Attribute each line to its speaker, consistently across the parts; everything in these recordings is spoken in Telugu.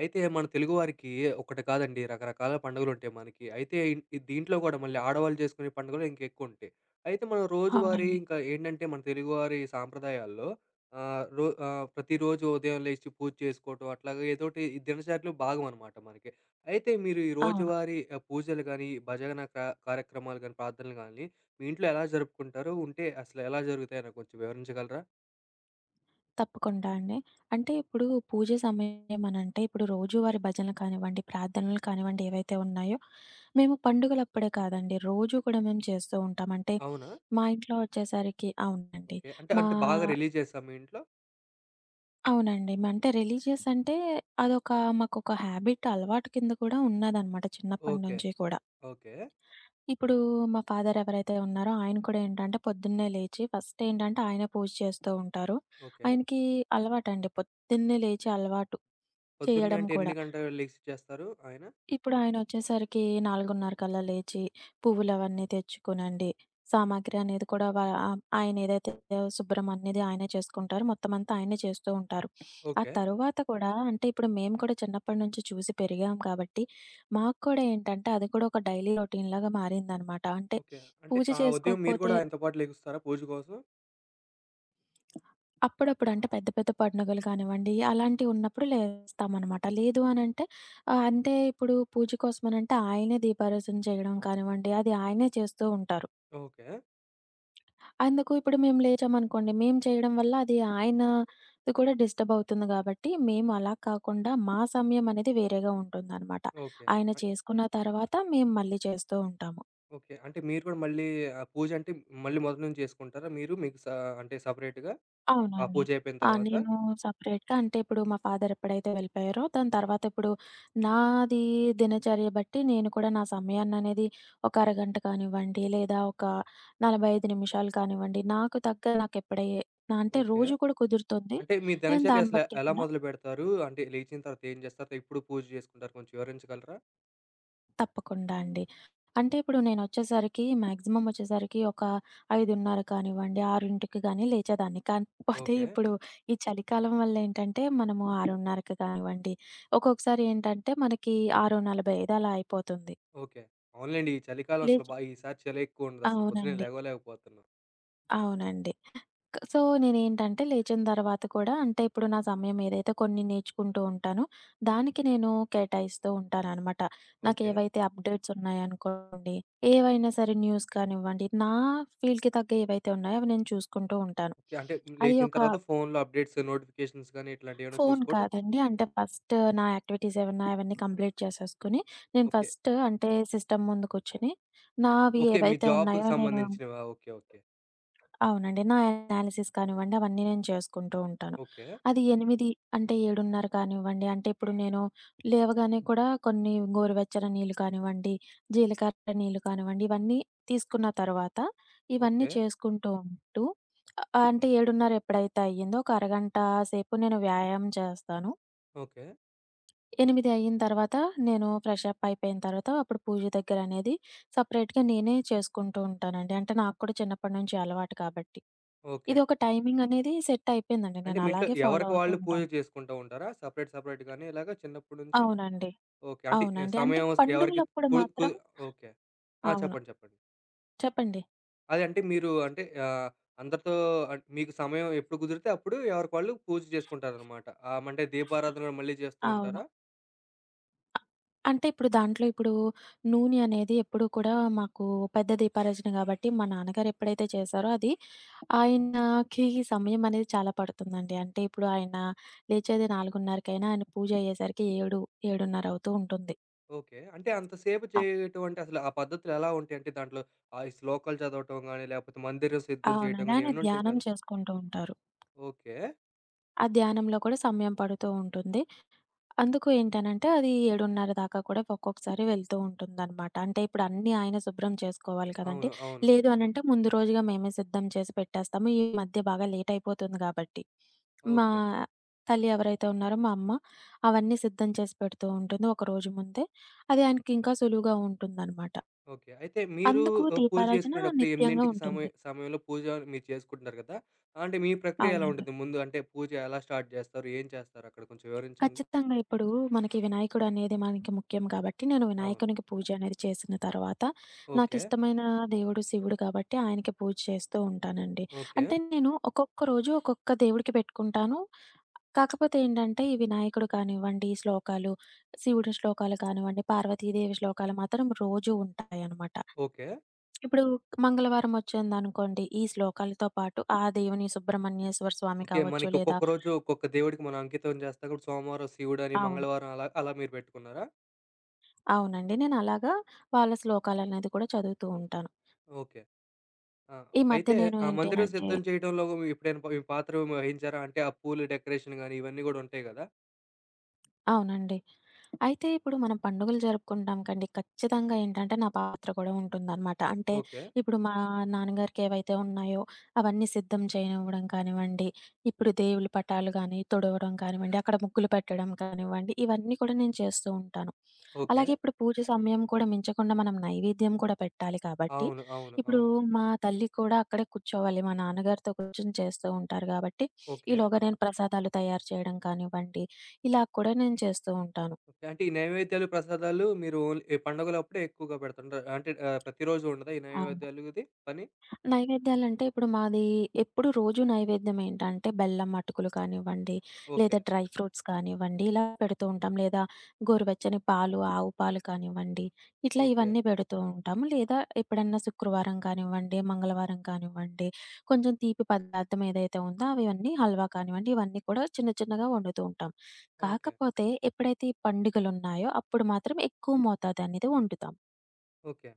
Speaker 1: అయితే మన తెలుగువారికి ఒకటి కాదండి రకరకాల పండుగలుంటాయి మనకి. అయితే ఈ దీంట్లో గూడా మళ్ళీ ఆడవాళ్ళు చేసుకునే పండుగలు ఇంకెక్కువుంటాయి. అయితే మనం రోజువారీ
Speaker 2: అవునండి.
Speaker 1: ఇంకా ఏంటంటే మన తెలుగువారి సాంప్రదాయాల్లో ప్రతిరోజు ఉదయం లేచి పూజ చేసుకోవటం అట్లాగా ఏదోటి ఈ దినచర్యలో భాగమనమాట మనకి. అయితే మీరు ఈ
Speaker 2: అవును.
Speaker 1: రోజువారీ పూజలు గాని, భజన కార్యక్రమాలు గాని, ప్రార్థనలు గాని మీ ఇంట్లో ఎలా జరుపుకుంటారు? ఉంటే అసలు ఎలా జరుగుతాయో నాకు కొంచెం వివరించగలరా?
Speaker 2: తప్పకుండా అండి. అంటే ఇప్పుడు పూజ సమయం అనంటే ఇప్పుడు రోజువారీ భజనలు కానివ్వండి, ప్రార్థనలు కానివ్వండి ఏవైతే ఉన్నాయో, మేము పండుగలప్పుడే కాదండి రోజు కూడా మేము చేస్తూ ఉంటాం. అంటే
Speaker 1: అవునా?
Speaker 2: మా ఇంట్లో వచ్చేసరికి అవునండి.
Speaker 1: ఓకే. అంటే
Speaker 2: మా
Speaker 1: అంటే బాగా రిలీజియస్సా మీ ఇంట్లో?
Speaker 2: మా అంటే రిలీజియస్ అంటే అదొక మాకొక హాబిట్ అలవాటు కింద కూడా ఉన్నదనమాట చిన్నప్పటి
Speaker 1: ఓకే.
Speaker 2: నుంచి కూడా.
Speaker 1: ఓకే.
Speaker 2: ఇప్పుడు మా ఫాదర్ ఎవరైతే ఉన్నారో ఆయన కూడా ఏంటంటే పొద్దున్నే లేచి ఫస్ట్ ఏంటంటే ఆయనే పూజ చేస్తూ ఉంటారు.
Speaker 1: ఓకే.
Speaker 2: ఆయనకి అలవాటండి, పొద్దున్నే లేచి అలవాటు
Speaker 1: పొద్దున్నే
Speaker 2: చేయడం
Speaker 1: అంటే
Speaker 2: కూడా.
Speaker 1: 8 గంటలు లెగిసి చేస్తారు ఆయన?
Speaker 2: ఇప్పుడు ఆయనొచ్చేసరికి 4:30 కల్లా లేచి, పువ్వులవన్నీ తెచ్చుకొనండి. సామాగ్రి అనేది కూడా ఆయనేదైతే శుభ్రం అనేది ఆయనే చేసుకుంటారు. మొత్తమంతా ఆయనే చేస్తూ ఉంటారు. ఆ
Speaker 1: ఓకే.
Speaker 2: తరువాత కూడా అంటే ఇప్పుడు మేము కూడా చిన్నప్పటి నుంచి చూసి పెరిగాం కాబట్టి, మాకు కూడా ఏంటంటే అది కూడా ఒక డైలీ రొటీన్‌లాగా మారిందనమాట. అంటే
Speaker 1: ఓకే. అంటే
Speaker 2: పూజ
Speaker 1: ఆ ఉదయం మీరు
Speaker 2: చేసుకోకపోతే
Speaker 1: కూడా ఆయనతో పాటు లెగుస్తారా పూజ కోసం?
Speaker 2: అప్పుడప్పుడు అంటే పెద్ద పెద్ద పండుగలు కానివ్వండి, అలాంటివున్నప్పుడు లేస్తామనమాట. లేదు అనంటే అంటే ఇప్పుడు పూజ కోసమనంటే ఆయనే దీపారాసన చేయడం కానివ్వండి, అది ఆయనే చేస్తూ ఉంటారు.
Speaker 1: ఓకే.
Speaker 2: అందుకు ఇప్పుడు మేము లేచామనుకోండి, మేము చేయడం వల్ల అది ఆయనది కూడా డిస్టర్బ్ అవుతుంది గాబట్టి, మేము అలా కాకుండా మా సమయం అనేది వేరేగా ఉంటుందనమాట.
Speaker 1: ఓకే.
Speaker 2: ఆయన
Speaker 1: అన్
Speaker 2: చేసుకున్న తర్వాత మేము మళ్ళీ చేస్తూ ఉంటాము.
Speaker 1: ఓకే. అంటే మీరు కూడా మళ్ళీ ఆ పూజ అంటే మళ్ళీ మొదటి నుంచి చేసుకుంటారా మీరు? మీకు అంటే సెపరేట్‌గా ఆ
Speaker 2: అవునండి.
Speaker 1: పూజ అయిపోయిన తర్వాత?
Speaker 2: నేను సెపరేట్‌గా అంటే ఇప్పుడు మా ఫాదర్ ఎప్పుడైతే వెళ్ళిపోయారో దాని తర్వాత ఇప్పుడు నాది దినచర్య బట్టి నేను కూడా నా సమయాన్ననేది ఒక అరగంట కానివ్వండి, లేదా ఒక 45 నిమిషాలు కానివ్వండి, నాకు తగ్గ నాకెప్పుడై నా అంటే
Speaker 1: ఓకే.
Speaker 2: రోజు కూడా కుదురుతుంది.
Speaker 1: అంటే మీ
Speaker 2: నేను
Speaker 1: దినచర్య
Speaker 2: దాన్ని
Speaker 1: అసలు
Speaker 2: బట్టి
Speaker 1: ఎలా
Speaker 2: కూడా
Speaker 1: మొదలుపెడతారు? అంటే లేచిన తర్వాత ఏం చేస్తారు? ఎప్పుడు పూజ చేసుకుంటారు? కొంచెం వివరించగలరా?
Speaker 2: తప్పకుండా అండి. అంటే ఇప్పుడు నేనొచ్చేసరికి మాక్సిమం వచ్చేసరికి ఒక 5:30 కానివ్వండి, 6కి గాని లేచేదాన్ని. కాకపోతే
Speaker 1: ఓకే.
Speaker 2: ఇప్పుడు ఈ చలికాలం వల్లేంటంటే మనము 6:30కి కానివ్వండి, ఒక్కొక్కసారి ఏంటంటే మనకి 6:45 అలా అయిపోతుంది.
Speaker 1: ఓకే. అవునులెండి. ఈ చలికాలం అసలు
Speaker 2: లేచి
Speaker 1: ఈసారి చలి ఎక్కువ ఉండదసలు పొద్దున్నే
Speaker 2: అవునండి.
Speaker 1: లెగవలేకపోతున్నాం.
Speaker 2: అవునండి. సో, నేనేంటంటే లేచిన తర్వాత కూడా అంటే ఇప్పుడు నా సమయం ఏదైతే కొన్ని నేర్చుకుంటూ ఉంటానో, దానికి నేను కేటాయిస్తూ ఉంటాననమాట.
Speaker 1: ఓకే.
Speaker 2: నాకేవైతే అప్డేట్స్ ఉన్నాయనుకోండి, ఏవైనా సరే న్యూస్ కానివ్వండి, నా ఫీల్డ్‌కి తగ్గ ఏవైతే ఉన్నాయో అవి నేను చూసుకుంటూ ఉంటాను.
Speaker 1: ఓకే. అంటే
Speaker 2: అది
Speaker 1: లేచిన
Speaker 2: ఒక
Speaker 1: తర్వాత ఫోన్‌లో అప్‌డేట్స్, నోటిఫికేషన్స్ గాని ఇట్లాంటియేమైనా
Speaker 2: ఫోను
Speaker 1: చూసుకోవటం.
Speaker 2: కాదండి. అంటే ఫస్ట్ నా యాక్టివిటీస్ ఏవన్నా అవన్నీ కంప్లీట్ చేసేసుకొని, నేను
Speaker 1: ఓకే.
Speaker 2: ఫస్ట్ అంటే సిస్టమ్ ముందు కూర్చొని, నావి
Speaker 1: ఓకే. మీ
Speaker 2: ఏవైతే
Speaker 1: జాబ్‌కి
Speaker 2: ఉన్నాయో నేను
Speaker 1: సంబంధించినవా? ఓకే. ఓకే.
Speaker 2: అవునండి. నా ఎనాలిసిస్ కానివ్వండి, అవన్నీ నేను చేసుకుంటూ ఉంటాను.
Speaker 1: ఓకే.
Speaker 2: అది 8 అంటే 7:30 కానివ్వండి, అంటే ఇప్పుడు నేను లేవగానే కూడా కొన్ని గోరువెచ్చని నీళ్ళు కానివ్వండి, జీలకర్ర నీళ్ళు కానివ్వండి, ఇవన్నీ తీసుకున్న తర్వాత ఇవన్నీ
Speaker 1: ఓకే.
Speaker 2: చేసుకుంటూ ఉంటూ అంటే 7:30 ఎప్పుడైతే అయ్యిందో ఒక అరగంట సేపు నేను వ్యాయామం చేస్తాను.
Speaker 1: ఓకే.
Speaker 2: 8 అయిన తర్వాత నేను ఫ్రెష్ అప్ అయిపోయిన తర్వాత అప్పుడు పూజ దగ్గర అనేది సెపరేట్‌గా నేనే చేసుకుంటూ ఉంటానండి. అంటే నాకు కూడా చిన్నప్పటి నుంచి అలవాటు కాబట్టి.
Speaker 1: ఓకే.
Speaker 2: ఇది ఒక టైమింగ్ అనేది సెట్ అయిపోయిందండి.
Speaker 1: అంటే
Speaker 2: నేను
Speaker 1: మీ ఇంట్లో
Speaker 2: అలాగే ఫాలో
Speaker 1: ఎవరికి
Speaker 2: అవుతూ
Speaker 1: వాళ్ళు పూజ
Speaker 2: ఉంటాను.
Speaker 1: చేసుకుంటూ ఉంటారా? సెపరేట్ సెపరేట్‌గానే ఇలాగ చిన్నప్పటి నుంచి?
Speaker 2: అవునండి.
Speaker 1: ఓకే. అంటే ఏ
Speaker 2: అవునండి. అంటే
Speaker 1: సమయం ఎవరికి
Speaker 2: పండుగలప్పుడు
Speaker 1: కు కు
Speaker 2: మాత్రం
Speaker 1: ఓకే. ఆ!
Speaker 2: అవును.
Speaker 1: చెప్పండి. చెప్పండి.
Speaker 2: చెప్పండి.
Speaker 1: అదే అంటే మీరు అంటే అందరితో మీకు సమయం ఎప్పుడు కుదిరితే అప్పుడు ఎవరికి వాళ్ళు పూజ చేసుకుంటారనమాట. అంటే దీపారాధన మళ్ళీ చేస్తూ
Speaker 2: అవును.
Speaker 1: ఉంటారా?
Speaker 2: అంటే ఇప్పుడు దాంట్లో ఇప్పుడు నూనె అనేది ఎప్పుడూ కూడా మాకు పెద్ద దీపారాజన గాబట్టి, మా నాన్నగారు ఎప్పుడైతే చేశారో అది ఆయనకి సమయం అనేది చాలా పడుతుందండి. అంటే ఇప్పుడు ఆయన లేచేది 4:30కైనా ఆయన పూజ అయ్యేసరికి 7, 7:30 అవుతూ ఉంటుంది.
Speaker 1: ఓకే. అంటే అంతసేపు
Speaker 2: అప్
Speaker 1: చేయటం అంటే అసలు ఆ పద్ధతులు ఎలా ఉంటాయి? అంటే దాంట్లో ఆ ఈ శ్లోకాలు చదవటం గాని, లేపోతే మందిరం సిద్ధం చేయటం
Speaker 2: అవునండి.
Speaker 1: గాని
Speaker 2: ఆయన
Speaker 1: ఇవన్నీ ఉంటాయి
Speaker 2: ధ్యానం
Speaker 1: కదా!
Speaker 2: చేసుకుంటూ ఉంటారు.
Speaker 1: ఓకే.
Speaker 2: ఆ ధ్యానంలో కూడా సమయం పడుతూ ఉంటుంది. అందుకు ఏంటనంటే, అది 7:30 దాకా కూడా ఒక్కొక్కసారి వెళ్తూ ఉంటుందనమాట. అంటే ఇప్పుడు అన్నీ ఆయన శుభ్రం చేసుకోవాలి కదండీ!
Speaker 1: అవును. అవును.
Speaker 2: లేదు అనంటే ముందు రోజుగా మేమే సిద్ధం చేసి పెట్టేస్తాము. ఈ మధ్య బాగా లేట్ అయిపోతుంది గాబట్టి. మా
Speaker 1: ఓకే.
Speaker 2: తల్లి ఎవరైతే ఉన్నారో మా అమ్మ, అవన్నీ సిద్ధం చేసి పెడుతూ ఉంటుంది ఒక రోజు ముందే. అది ఆయనకింకా సులువుగా ఉంటుందనమాట.
Speaker 1: ఓకే. అయితే మీరు
Speaker 2: అందుకు
Speaker 1: పూజ
Speaker 2: దీపారాధన
Speaker 1: చేసుకునేటప్పుడు
Speaker 2: నిత్యంగా
Speaker 1: 8కి సమయ
Speaker 2: ఉంటుంది.
Speaker 1: సమయంలో పూజ మీరు చేసుకుంటున్నారు కదా! అంటే మీ ప్రక్రియ ఎలా
Speaker 2: అవునండి.
Speaker 1: ఉంటది? ముందు అంటే పూజ ఎలా స్టార్ట్ చేస్తారు? ఏం చేస్తారు? అక్కడ కొంచెం వివరించండి.
Speaker 2: ఖచ్చితంగా. ఇప్పుడు మనకి వినాయకుడు అనేది మనకి ముఖ్యం కాబట్టి, నేను
Speaker 1: అవును.
Speaker 2: వినాయకునికి పూజ అనేది చేసిన తర్వాత,
Speaker 1: ఓకే.
Speaker 2: నాకిష్టమైన దేవుడు శివుడు కాబట్టి, ఆయనకి పూజ చేస్తూ ఉంటానండి.
Speaker 1: ఓకే.
Speaker 2: అంటే నేను ఒక్కొక్క రోజు ఒక్కొక్క దేవుడికి పెట్టుకుంటాను. కాకపోతే ఏంటంటే, ఈ వినాయకుడు కానివ్వండి, ఈ శ్లోకాలు, శివుడి శ్లోకాలు కానివ్వండి, పార్వతీదేవి శ్లోకాలు మాత్రం రోజూ ఉంటాయనమాట.
Speaker 1: ఓకే.
Speaker 2: ఇప్పుడు మంగళవారం వచ్చిందనుకోండి, ఈ శ్లోకాలతో పాటు ఆ దేవుని సుబ్రహ్మణ్యేశ్వర స్వామి
Speaker 1: ఓకే.
Speaker 2: కావచ్చు,
Speaker 1: మనకి
Speaker 2: లేదా
Speaker 1: ఒక్కొక్క రోజు ఒక్కొక్క దేవుడికి మనం అంకితం చేస్తాం కాబట్టి సోమవారం శివుడని,
Speaker 2: ఆ
Speaker 1: మంగళవారం అలా అలా మీరు పెట్టుకున్నారా?
Speaker 2: అవునండి. నేనలాగా వాళ్ళ శ్లోకాలనేది కూడా చదువుతూ ఉంటాను.
Speaker 1: ఓకే. ఆ!
Speaker 2: ఈ మధ్య
Speaker 1: అయితే
Speaker 2: నేను
Speaker 1: ఆ
Speaker 2: ఏంటి
Speaker 1: మందిరం
Speaker 2: అనంటే
Speaker 1: సిద్ధం చేయడంలో ఎప్పుడైనా మీ పాత్ర వహించారా? అంటే ఆ పూలు డెకరేషన్ గాని ఇవన్నీ గూడా ఉంటాయి గదా!
Speaker 2: అవునండి. అయితే ఇప్పుడు మనం పండుగలు జరుపుకుంటాం కండి. ఖచ్చితంగా ఏంటంటే నా పాత్ర కూడా ఉంటుందనమాట. అంటే
Speaker 1: ఓకే.
Speaker 2: ఇప్పుడు మా నాన్నగారికి ఏవైతే ఉన్నాయో అవన్నీ సిద్ధం చేయనివ్వడం కానివ్వండి, ఇప్పుడు దేవుళ్ళ పటాలు గాని తుడవడం కానివ్వండి, అక్కడ ముగ్గులు పెట్టడం కానివ్వండి, ఇవన్నీ కూడా నేను చేస్తూ ఉంటాను.
Speaker 1: ఓకే.
Speaker 2: అలాగే ఇప్పుడు పూజ సమయం కూడా మించకుండా మనం నైవేద్యం కూడా పెట్టాలి కాబట్టి,
Speaker 1: అవును. అవును.
Speaker 2: ఇప్పుడు
Speaker 1: అవును.
Speaker 2: మా తల్లి కూడా అక్కడే కూర్చోవాలి. మా నాన్నగారితో కూర్చొని చేస్తూ ఉంటారు కాబట్టి,
Speaker 1: ఓకే.
Speaker 2: ఈలోగా నేను ప్రసాదాలు తయారు చేయడం కానివ్వండి, ఇలా కూడా నేను చేస్తూ ఉంటాను.
Speaker 1: ఓకే. అంటే ఈ నైవేద్యాలు, ప్రసాదాలు మీరు ఓన్లీ ఈ పండుగలప్పుడే ఎక్కువగా పెడుతుంటారు. అంటే ప్రతిరోజు ఉండదా ఈ
Speaker 2: అవును.
Speaker 1: నైవేద్యాలు ఇది పని?
Speaker 2: నైవేద్యాలంటే ఇప్పుడు మాది ఎప్పుడు రోజు నైవేద్యం ఏంటంటే బెల్లం అటుకులు కానివ్వండి,
Speaker 1: ఓకే.
Speaker 2: లేదా డ్రై ఫ్రూట్స్ కానివ్వండి, ఇలా పెడుతూ ఉంటాం. లేదా గోరువెచ్చని పాలు, ఆవు పాలు కానివ్వండి, ఇట్లా
Speaker 1: ఓకే.
Speaker 2: ఇవన్నీ పెడుతూ ఉంటాము. లేదా ఎప్పుడన్నా శుక్రవారం కానివ్వండి, మంగళవారం కానివ్వండి, కొంచెం తీపి పదార్థం ఏదైతే ఉందో అవన్నీ హల్వా కానివ్వండి, ఇవన్నీ కూడా చిన్న చిన్నగా వండుతూ ఉంటాం.
Speaker 1: ఓకే.
Speaker 2: కాకపోతే ఎప్పుడైతే ఈ పండుగలున్నాయో అప్పుడు మాత్రం ఎక్కువ మోతాదనేది వండుతాం.
Speaker 1: ఓకే.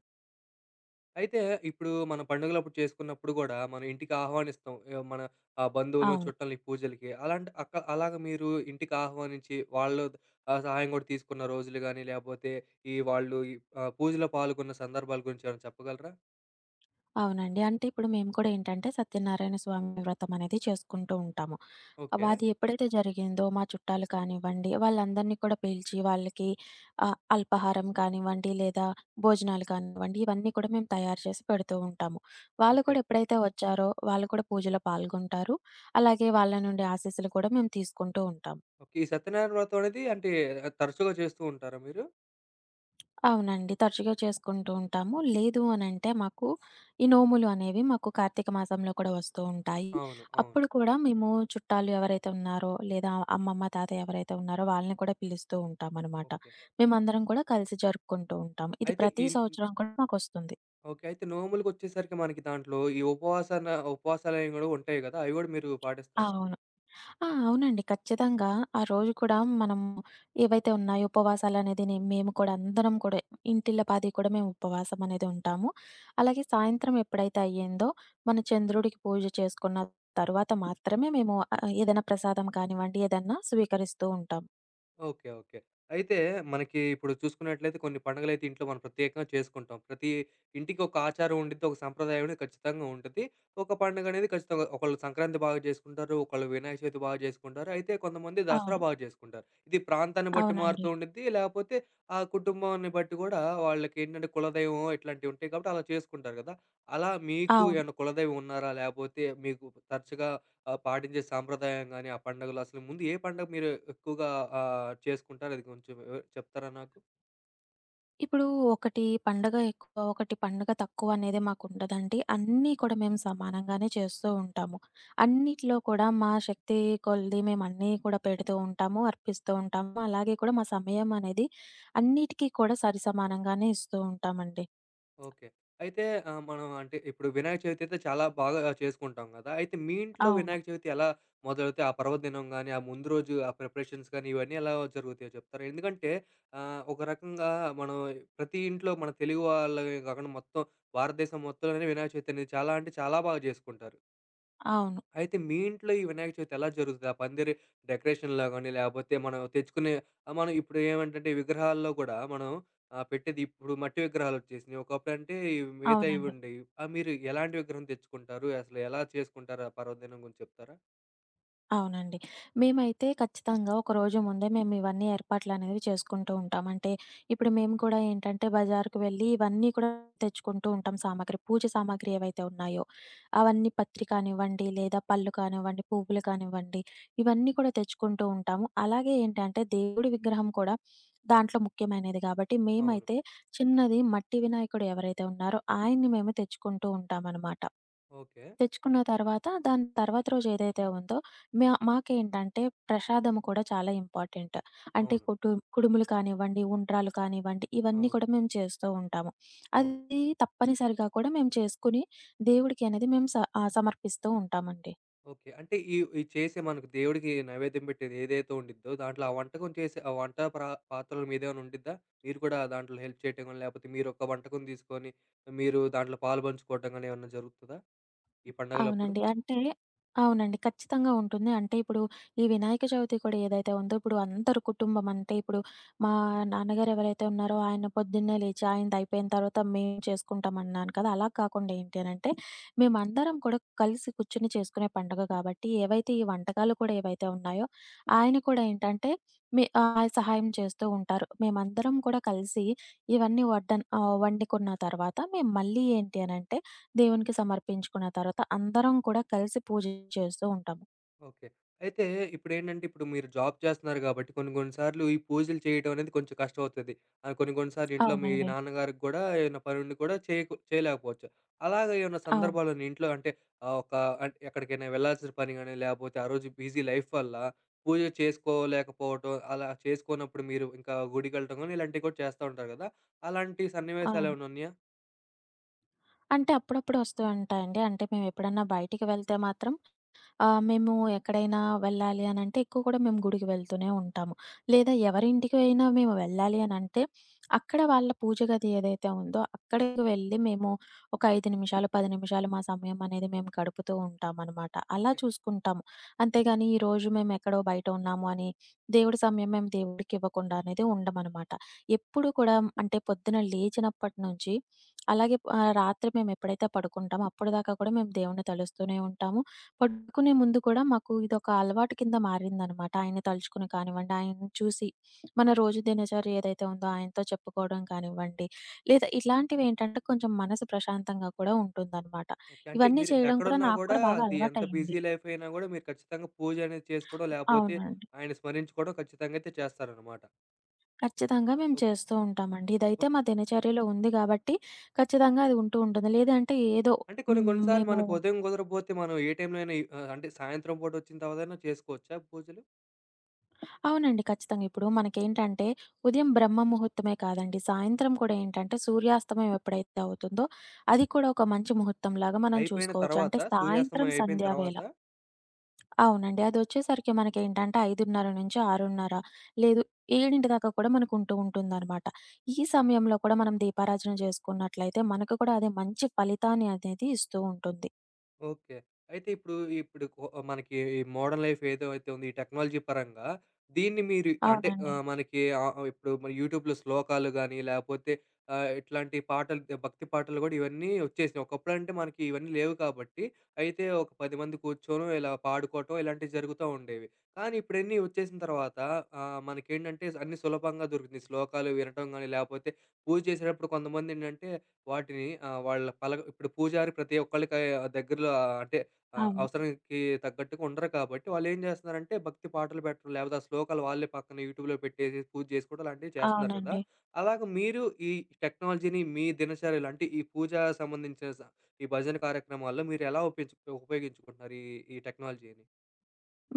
Speaker 1: అయితే ఇప్పుడు మనం పండుగలప్పుడు చేసుకున్నప్పుడు గూడా, మనం ఇంటికి ఆహ్వానిస్తాం. మన బంధువులను,
Speaker 2: అవును.
Speaker 1: చుట్టాలని పూజలకి. అలాంటి అలాగా మీరు ఇంటికి ఆహ్వానించి, వాళ్ళు సహాయం గూడా తీసుకున్న రోజులు గానీ, లేపోతే ఈ వాళ్ళు పూజలో పాల్గొన్న సందర్భాల గురించి ఏమైనా చెప్పగలరా?
Speaker 2: అవునండి. అంటే ఇప్పుడు మేము కూడా ఏంటంటే సత్యనారాయణ స్వామి వ్రతం అనేది చేసుకుంటూ ఉంటాము.
Speaker 1: ఓకే.
Speaker 2: అది ఎప్పుడైతే జరిగిందో మా చుట్టాలు కానివ్వండి, వాళ్ళందరిని కూడా పిలిచి వాళ్ళకి అల్పాహారం కానివ్వండి, లేదా భోజనాలు కానివ్వండి, ఇవన్నీ కూడా మేము తయారు చేసి పెడుతూ ఉంటాము. వాళ్ళు
Speaker 1: ఓకే.
Speaker 2: కూడా ఎప్పుడైతే వచ్చారో, వాళ్ళు కూడా పూజలో పాల్గొంటారు. అలాగే వాళ్ళ నుండి ఆశీస్సులు కూడా మేము తీసుకుంటూ ఉంటాము.
Speaker 1: ఓకే. ఈ సత్యనారాయణ వ్రతం అనేది అంటే తరచుగా చేస్తూ ఉంటారా మీరు?
Speaker 2: అవునండి. తరచుగా చేసుకుంటూ ఉంటాము. లేదు అనంటే మాకు ఈ నోములు అనేవి మాకు కార్తీక మాసంలో కూడా వస్తూ ఉంటాయి.
Speaker 1: అవును. అవును.
Speaker 2: అప్పుడు కూడా మేము చుట్టాలు ఎవరైతే ఉన్నారో లేదా అమ్మమ్మ, తాతయ్య ఎవరైతే ఉన్నారో వాళ్ళని కూడా పిలుస్తూ ఉంటామనమాట.
Speaker 1: ఓకే.
Speaker 2: మేమందరం కూడా కలిసి జరుపుకుంటూ ఉంటాం. ఇది
Speaker 1: అయితే
Speaker 2: ప్రతి సంవత్సరం కూడా మాకొస్తుంది.
Speaker 1: ఓకే. అయితే నోములకొచ్చేసరికి మనకి దాంట్లో ఈ ఉపవాసాలనేవి గూడా ఉంటాయి గదా! అవి గూడా మీరు పాటిస్తారా?
Speaker 2: అవును. ఆ! అవునండి. ఖచ్చితంగా ఆ రోజు కూడా మనం ఏవైతే ఉన్నాయో ఉపవాసాలనేది మేము కూడా అందరం కూడా ఇంటిల్లపాది కూడా మేము ఉపవాసం అనేది ఉంటాము. అలాగే సాయంత్రం ఎప్పుడైతే అయ్యిందో మన చంద్రుడికి పూజ చేసుకున్న తరువాత మాత్రమే మేము ఏదైనా ప్రసాదం కానివ్వండి, ఏదన్నా స్వీకరిస్తూ ఉంటాం.
Speaker 1: ఓకే. ఓకే. అయితే మనకి ఇప్పుడు చూసుకున్నట్లయితే కొన్ని పండుగలైతే ఇంట్లో మనం ప్రత్యేకంగా చేసుకుంటాం. ప్రతి ఇంటికి ఒక ఆచారం ఉండిద్ది. ఒక సంప్రదాయం అనేది ఖచ్చితంగా ఉంటది. ఒక పండుగ అనేది ఖచ్చితంగా ఒకళ్ళు సంక్రాంతి బాగా చేసుకుంటారు. ఒకళ్ళు వినాయక చవితి బాగా చేసుకుంటారు. అయితే కొంతమంది దసరా
Speaker 2: అవును.
Speaker 1: బాగా చేసుకుంటారు. ఇది ప్రాంతాన్ని బట్టి
Speaker 2: అవునండి.
Speaker 1: మారుతూ ఉండిద్ది. లేకపోతే ఆ కుటుంబాన్ని బట్టి కూడా వాళ్ళకేంటంటే కులదైవం ఇట్లాంటివి ఉంటాయి కాబట్టి అలా చేసుకుంటారు కదా! అలా మీకు
Speaker 2: అవును.
Speaker 1: ఏమన్నా కులదైవం ఉన్నారా? లేకపోతే మీకు తరచుగా పాటించే సాంప్రదాయం గాని, ఆ పండుగలు అసలు ముందు ఏ పండుగ మీరు ఎక్కువగా చేసుకుంటారు? అది కొంచెం చెప్తారా నాకు?
Speaker 2: ఇప్పుడు ఒకటి పండగ ఎక్కువ, ఒకటి పండగ తక్కువ అనేది మాకుండదండి. అన్నీ కూడా మేము సమానంగానే చేస్తూ ఉంటాము. అన్నిట్లో కూడా మా శక్తి కొలది మేమన్నీ కూడా పెడుతూ ఉంటాము, అర్పిస్తూ ఉంటాము. అలాగే కూడా మా సమయం అనేది అన్నిటికీ కూడా సరిసమానంగానే ఇస్తూ ఉంటామండి.
Speaker 1: ఓకే. అయితే మనం అంటే ఇప్పుడు వినాయక చవితి అయితే చాలా బాగా చేసుకుంటాం గదా! అయితే మీ ఇంట్లో
Speaker 2: అవును.
Speaker 1: వినాయక చవితి ఎలా మొదలవుతాయి? ఆ పర్వదినం గాని, ఆ ముందు రోజు ఆ ప్రిపరేషన్స్ గాని, ఇవన్నీ ఎలా జరుగుతాయో చెప్తారా? ఎందుకంటే ఒక రకంగా మనం ప్రతి ఇంట్లో మన తెలుగు వాళ్ళవే గాకుండా మొత్తం భారతదేశం మొత్తంలోనే వినాయక చవితి అనేది చాలా అంటే చాలా బాగా జేసుకుంటారు.
Speaker 2: అవును.
Speaker 1: అయితే మీ ఇంట్లో ఈ వినాయక చవితి ఎలా జరుగుతది? ఆ పందిరి డెకరేషన్‌లో గాని, లేపోతే మనం తెచ్చుకునే మనం ఇప్పుడు ఏమంటంటే విగ్రహాల్లో గూడా మనం పెట్టేది ఇప్పుడు మట్టి విగ్రహాలొచ్చేసినియి. ఒకప్పుడంటే ఇవి మిగతాయి
Speaker 2: అవునండి.
Speaker 1: ఉండేవి. మీరు ఎలాంటి విగ్రహం తెచ్చుకుంటారు? అసలు ఎలా చేసుకుంటారు ఆ పర్వదినం గురించి చెప్తారా?
Speaker 2: అవునండి. మేమైతే ఖచ్చితంగా ఒకరోజు ముందే మేము ఇవన్నీ ఏర్పాట్లనేవి చేసుకుంటూ ఉంటాం. అంటే ఇప్పుడు మేము కూడా ఏంటంటే బజారుకి వెళ్ళి ఇవన్నీ కూడా తెచ్చుకుంటూ ఉంటాం సామాగ్రి. పూజ సామాగ్రి ఏవైతే ఉన్నాయో అవన్నీ పత్రి కానివ్వండి, లేదా పళ్ళు కానివ్వండి, పువ్వులు కానివ్వండి ఇవన్నీ కూడా తెచ్చుకుంటూ ఉంటాము. అలాగే ఏంటంటే దేవుడి విగ్రహం కూడా దాంట్లో ముఖ్యమైనది కాబట్టి
Speaker 1: అవును.
Speaker 2: మేమైతే చిన్నది మట్టి వినాయకుడు ఎవరైతే ఉన్నారో ఆయన్ని మేము తెచ్చుకుంటూ ఉంటామనమాట.
Speaker 1: ఓకే.
Speaker 2: తెచ్చుకున్న తర్వాత దాని తర్వాత రోజు ఏదైతే ఉందో మాకేంటంటే ప్రసాదం కూడా చాలా ఇంపార్టెంట్. అంటే
Speaker 1: అవును.
Speaker 2: కుటు కుడుములు కానివ్వండి, ఉండ్రాలు కానివ్వండి, ఇవన్నీ
Speaker 1: అవును.
Speaker 2: కూడా మేము చేస్తూ ఉంటాము.
Speaker 1: అవును.
Speaker 2: అది తప్పనిసరిగా కూడా మేము చేసుకొని దేవుడికి అనేది మేము సమర్పిస్తూ ఉంటామండి.
Speaker 1: ఓకే. అంటే ఈ ఈ చేసే మనకు దేవుడికి నైవేద్యం పెట్టేది ఏదైతే ఉండిద్దో, దాంట్లో ఆ వంటకం చేసే ఆ వంట పాత్రలు మీదేమైనా ఉండిద్దా? మీరు కూడా దాంట్లో హెల్ప్ చేయటం గాని, లేపోతే మీరొక వంటకం తీసుకొని, మీరు దాంట్లో పాలుపంచుకోవటం గాని ఏమన్నా జరుగుతదా? ఈ పండగలప్పుడు?
Speaker 2: అవునండి. అంటే అవునండి. ఖచ్చితంగా ఉంటుంది. అంటే ఇప్పుడు ఈ వినాయక చవితి కూడా ఏదైతే ఉందో ఇప్పుడు అందరు కుటుంబం అంటే ఇప్పుడు మా నాన్నగారు ఎవరైతే ఉన్నారో ఆయన పొద్దున్నే లేచి ఆయనది అయిపోయిన తర్వాత మేము చేసుకుంటాం అన్నాను కదా! అలా కాకుండా ఏంటి అనంటే మేమందరం కూడా కలిసి కూర్చొని చేసుకునే పండుగ కాబట్టి ఏవైతే ఈ వంటకాలు కూడా ఏవైతే ఉన్నాయో ఆయన కూడా ఏంటంటే మీ సహాయం చేస్తూ ఉంటారు. మేమందరం కూడా కలిసి ఇవన్నీ వండుకున్న తర్వాత మేము మళ్ళీ ఏంటి అనంటే దేవునికి సమర్పించుకున్న తర్వాత అందరం కూడా కలిసి పూజ చేస్తూ ఉంటాము.
Speaker 1: ఓకే. అయితే ఇప్పుడేంటంటే, ఇప్పుడు మీరు జాబ్ చేస్తున్నారు గాబట్టి, కొన్ని కొన్ని సార్లు ఈ పూజలు చేయటం అనేది కొంచెం కష్టమవుతది. కొన్ని కొన్ని సార్లు ఇంట్లో మీ
Speaker 2: అవునండి.
Speaker 1: నాన్నగారికి గూడా ఏదైనా పనుండి కూడా చేయలేకపోవచ్చు. అలాగా ఏమన్నా
Speaker 2: అవును.
Speaker 1: సందర్భాలున్న ఇంట్లో అంటే ఆహ్, ఒక అంటే ఎక్కడికైనా వెళ్ళాల్సిన పని గాని, లేపోతే ఆ రోజు బిజీ లైఫ్ వల్ల పూజ చేసుకోలేకపోవటం, అలా చేసుకోనప్పుడు మీరు ఇంకా గుడికెళ్ళటం గాని, ఇలాంటివి కూడా చేస్తా ఉంటారు గదా! అలాంటి
Speaker 2: అవును.
Speaker 1: సన్నివేశాలేమన్నా ఉన్నాయా?
Speaker 2: అంటే అప్పుడప్పుడు వస్తూ ఉంటాయండి. అంటే మేమెప్పుడన్నా బయటికి వెళ్తే మాత్రం మేము ఎక్కడైనా వెళ్ళాలి అనంటే ఎక్కువ కూడా మేము గుడికి వెళ్తూనే ఉంటాము. లేదా ఎవరింటికి అయినా మేము వెళ్ళాలి అనంటే, అక్కడ వాళ్ళ పూజ గది ఏదైతే ఉందో అక్కడికి వెళ్ళి మేము ఒక 5 నిమిషాలు, 10 నిమిషాలు మా సమయం అనేది మేము గడుపుతూ ఉంటామనమాట. అలా
Speaker 1: ఓకే.
Speaker 2: చూసుకుంటాము. అంతేగాని ఈరోజు మేమెక్కడో బయట ఉన్నాము అని దేవుడి సమయం మేము దేవుడికివ్వకుండా అనేది ఉండమనమాట. ఎప్పుడు కూడా అంటే పొద్దున లేచినప్పటి నుంచి అలాగే రాత్రి మేమెప్పుడైతే పడుకుంటామో అప్పటిదాకా కూడా మేము దేవుడిని తలుస్తూనే ఉంటాము. పడుకునే ముందు కూడా మాకు ఇదొక అలవాటు కింద మారిందనమాట. ఆయన్ని తలుచుకుని కానివ్వండి, ఆయనను చూసి మన రోజు దినచర్య ఏదైతే ఉందో ఆయనతో చెప్పుకోవడం కానివ్వండి, లేదా ఇలాంటివేంటంటే కొంచెం మనసు ప్రశాంతంగా కూడా ఉంటుందనమాట.
Speaker 1: ఓకే. అంటే
Speaker 2: ఇవన్నీ
Speaker 1: మీరు
Speaker 2: చేయడం కూడా
Speaker 1: ఎక్కడున్నా
Speaker 2: నాకు
Speaker 1: గూడా
Speaker 2: కూడా బాగా
Speaker 1: అది ఎంత
Speaker 2: అలవాటయింది.
Speaker 1: బిజీ లైఫ్ అయినా గూడా మీరు ఖచ్చితంగా పూజ అనేది చేసుకోవడం, లేపోతే
Speaker 2: అవునండి.
Speaker 1: ఆయన స్మరించుకోవడం ఖచ్చితంగా అయితే చేస్తారనమాట.
Speaker 2: ఖచ్చితంగా మేము
Speaker 1: ఓక్
Speaker 2: చేస్తూ ఉంటామండి. ఇదైతే
Speaker 1: ఓక్
Speaker 2: మా దినచర్యలో ఉంది గాబట్టి ఖచ్చితంగా అది ఉంటూ ఉంటుంది. లేదంటే ఏదో
Speaker 1: అంటే కొన్ని
Speaker 2: హ్మ్.
Speaker 1: కొన్ని సార్లు
Speaker 2: మేము
Speaker 1: మనకు ఉదయం కుదరపోతే మనం ఏ టైంలో అయినా అంటే సాయంత్రం పూట వచ్చిన తర్వాతైనా చేసుకోవచ్చా పూజలు?
Speaker 2: అవునండి. ఖచ్చితంగా. ఇప్పుడు మనకేంటంటే, ఉదయం బ్రహ్మ ముహూర్తమే కాదండి, సాయంత్రం కూడా ఏంటంటే, సూర్యాస్తమయం ఎప్పుడైతే అవుతుందో, అది కూడా ఒక మంచి ముహూర్తంలాగా మనం
Speaker 1: అయిపోయిన
Speaker 2: చూసుకోవచ్చు. అంటే
Speaker 1: తర్వాత
Speaker 2: సాయంత్రం
Speaker 1: సూర్యాస్తమయం అయిపోయిన
Speaker 2: సంధ్యా వేళ.
Speaker 1: తర్వాత?
Speaker 2: అవునండి. అదొచ్చేసరికి మనకేంటంటే, 5:30-6:30 లేదు 7 దాకా కూడా మనకుంటూ ఉంటుందనమాట. ఈ సమయంలో కూడా మనం దీపారాజన చేసుకున్నట్లయితే, మనకు కూడా అది మంచి ఫలితాన్ని అనేది ఇస్తూ ఉంటుంది.
Speaker 1: ఓకే. అయితే ఇప్పుడు మనకి ఈ మోడర్న్ లైఫ్ ఏదైతే ఉందో, ఈ టెక్నాలజీ పరంగా దీన్ని మీరు అంటే
Speaker 2: అవునండి.
Speaker 1: మనకి ఇప్పుడు మన యూట్యూబ్‌లో శ్లోకాలు గాని, లేపోతే ఇట్లాంటి పాటలు భక్తి పాటలు గూడా ఇవన్నీ ఒచ్చేసినాయి. ఒకప్పుడంటే మనకి ఇవన్నీ లేవు కాబట్టి, అయితే ఒక 10 మంది కూర్చోవడం, ఇలా పాడుకోవటం ఇలాంటివి జరుగుతా ఉండేవి. కానీ ఇప్పుడన్నీ ఒచ్చేసిన తర్వాత మనకేంటంటే అన్నీ సులభంగా దొరుకుతుంది. శ్లోకాలు వినటం గాని, లేపోతే పూజ చేసేటప్పుడు కొంతమందేంటంటే వాటిని వాళ్ళ పలక ఇప్పుడు పూజారి ప్రతి ఒక్కళ్ళకి ఆ దగ్గరలో ఆ, అంటే
Speaker 2: అవును.
Speaker 1: అవసరానికి తగ్గట్టుగా ఉండరు కాబట్టి వాళ్ళేం జేస్తున్నారంటే భక్తి పాటలు పెట్టడం, లేపోతే ఆ శ్లోకాలు వాళ్ళే పక్కన యూట్యూబ్‌లో పెట్టేసి పూజ జేసుకోవడం అలాంటివి చేస్తున్నారు కదా!
Speaker 2: అవునండి.
Speaker 1: అలాగ మీరు ఈ టెక్నాలజీని మీ దినచర్యలో అంటే ఈ పూజ సంబంధించిన ఈ భజన కార్యక్రమాల్లో మీరెలా ఉపయోగించుకుంటున్నారు ఈ ఈ టెక్నాలజీని?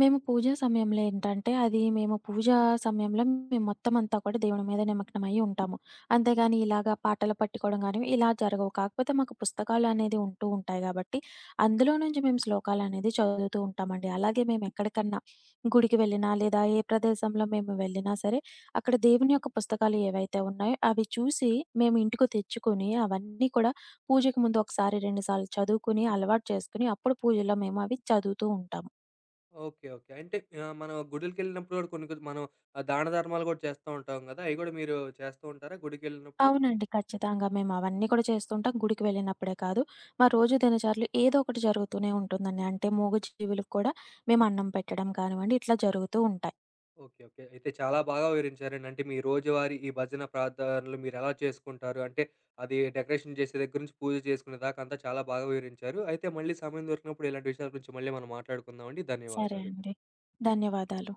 Speaker 2: మేము పూజ సమయంలో ఏంటంటే, అది మేము పూజా సమయంలో మేము మొత్తమంతా కూడా దేవుడి మీద నిమగ్నమై ఉంటాము. అంతేగాని ఇలాగా పాటలు పట్టుకోవడం గాని, ఇలా జరగవు. కాకపోతే మాకు పుస్తకాలు అనేది ఉంటూ ఉంటాయి గాబట్టి, అందులో నుంచి మేము శ్లోకాలనేది చదువుతూ ఉంటామండి. అలాగే మేమెక్కడికన్నా గుడికి వెళ్ళినా, లేదా ఏ ప్రదేశంలో మేము వెళ్ళినా సరే, అక్కడ దేవుని యొక్క పుస్తకాలు ఏవైతే ఉన్నాయో అవి చూసి మేము ఇంటికి తెచ్చుకొని, అవన్నీ కూడా పూజకు ముందు ఒకసారి, 2 సార్లు చదువుకొని, అలవాటు చేసుకొని, అప్పుడు పూజలో మేము అవి చదువుతూ ఉంటాము.
Speaker 1: ఓకే. ఓకే. అంటే మనం గుడులకెళ్ళినప్పుడు గూడా కొన్ని, కొన్ని మనం దాన ధర్మాలు గూడా చేస్తా ఉంటాం గదా! అయి గూడా మీరు చేస్తూ ఉంటారా గుడికెళ్ళినప్పుడు?
Speaker 2: అవునండి. ఖచ్చితంగా. మేము అవన్నీ కూడా చేస్తుంటాం. గుడికి వెళ్ళినప్పుడే కాదు, మా రోజు దినచర్యలో ఏదో ఒకటి జరుగుతూనే ఉంటుందండి. అంటే మూగజీవులకు కూడా మేము అన్నం పెట్టడం కానివ్వండి, ఇట్లా జరుగుతూ ఉంటాయి.
Speaker 1: ఓకే. ఓకే. అయితే చాలా బాగా వివరించారండి. అంటే మీ రోజువారీ ఈ భజన, ప్రార్థనలు మీరెలా చేసుకుంటారు? అంటే అది డెకరేషన్ చేసే దగ్గర నుంచి పూజ చేసుకునే దాకా అంతా చాలా బాగా వివరించారు. అయితే మళ్ళీ సమయం దొరికినప్పుడు ఇలాంటి విషయాల గురించి మళ్ళీ మనం మాట్లాడుకుందామండి.
Speaker 2: సరే
Speaker 1: ధన్యవాదాలు.
Speaker 2: అండి. ధన్యవాదాలు.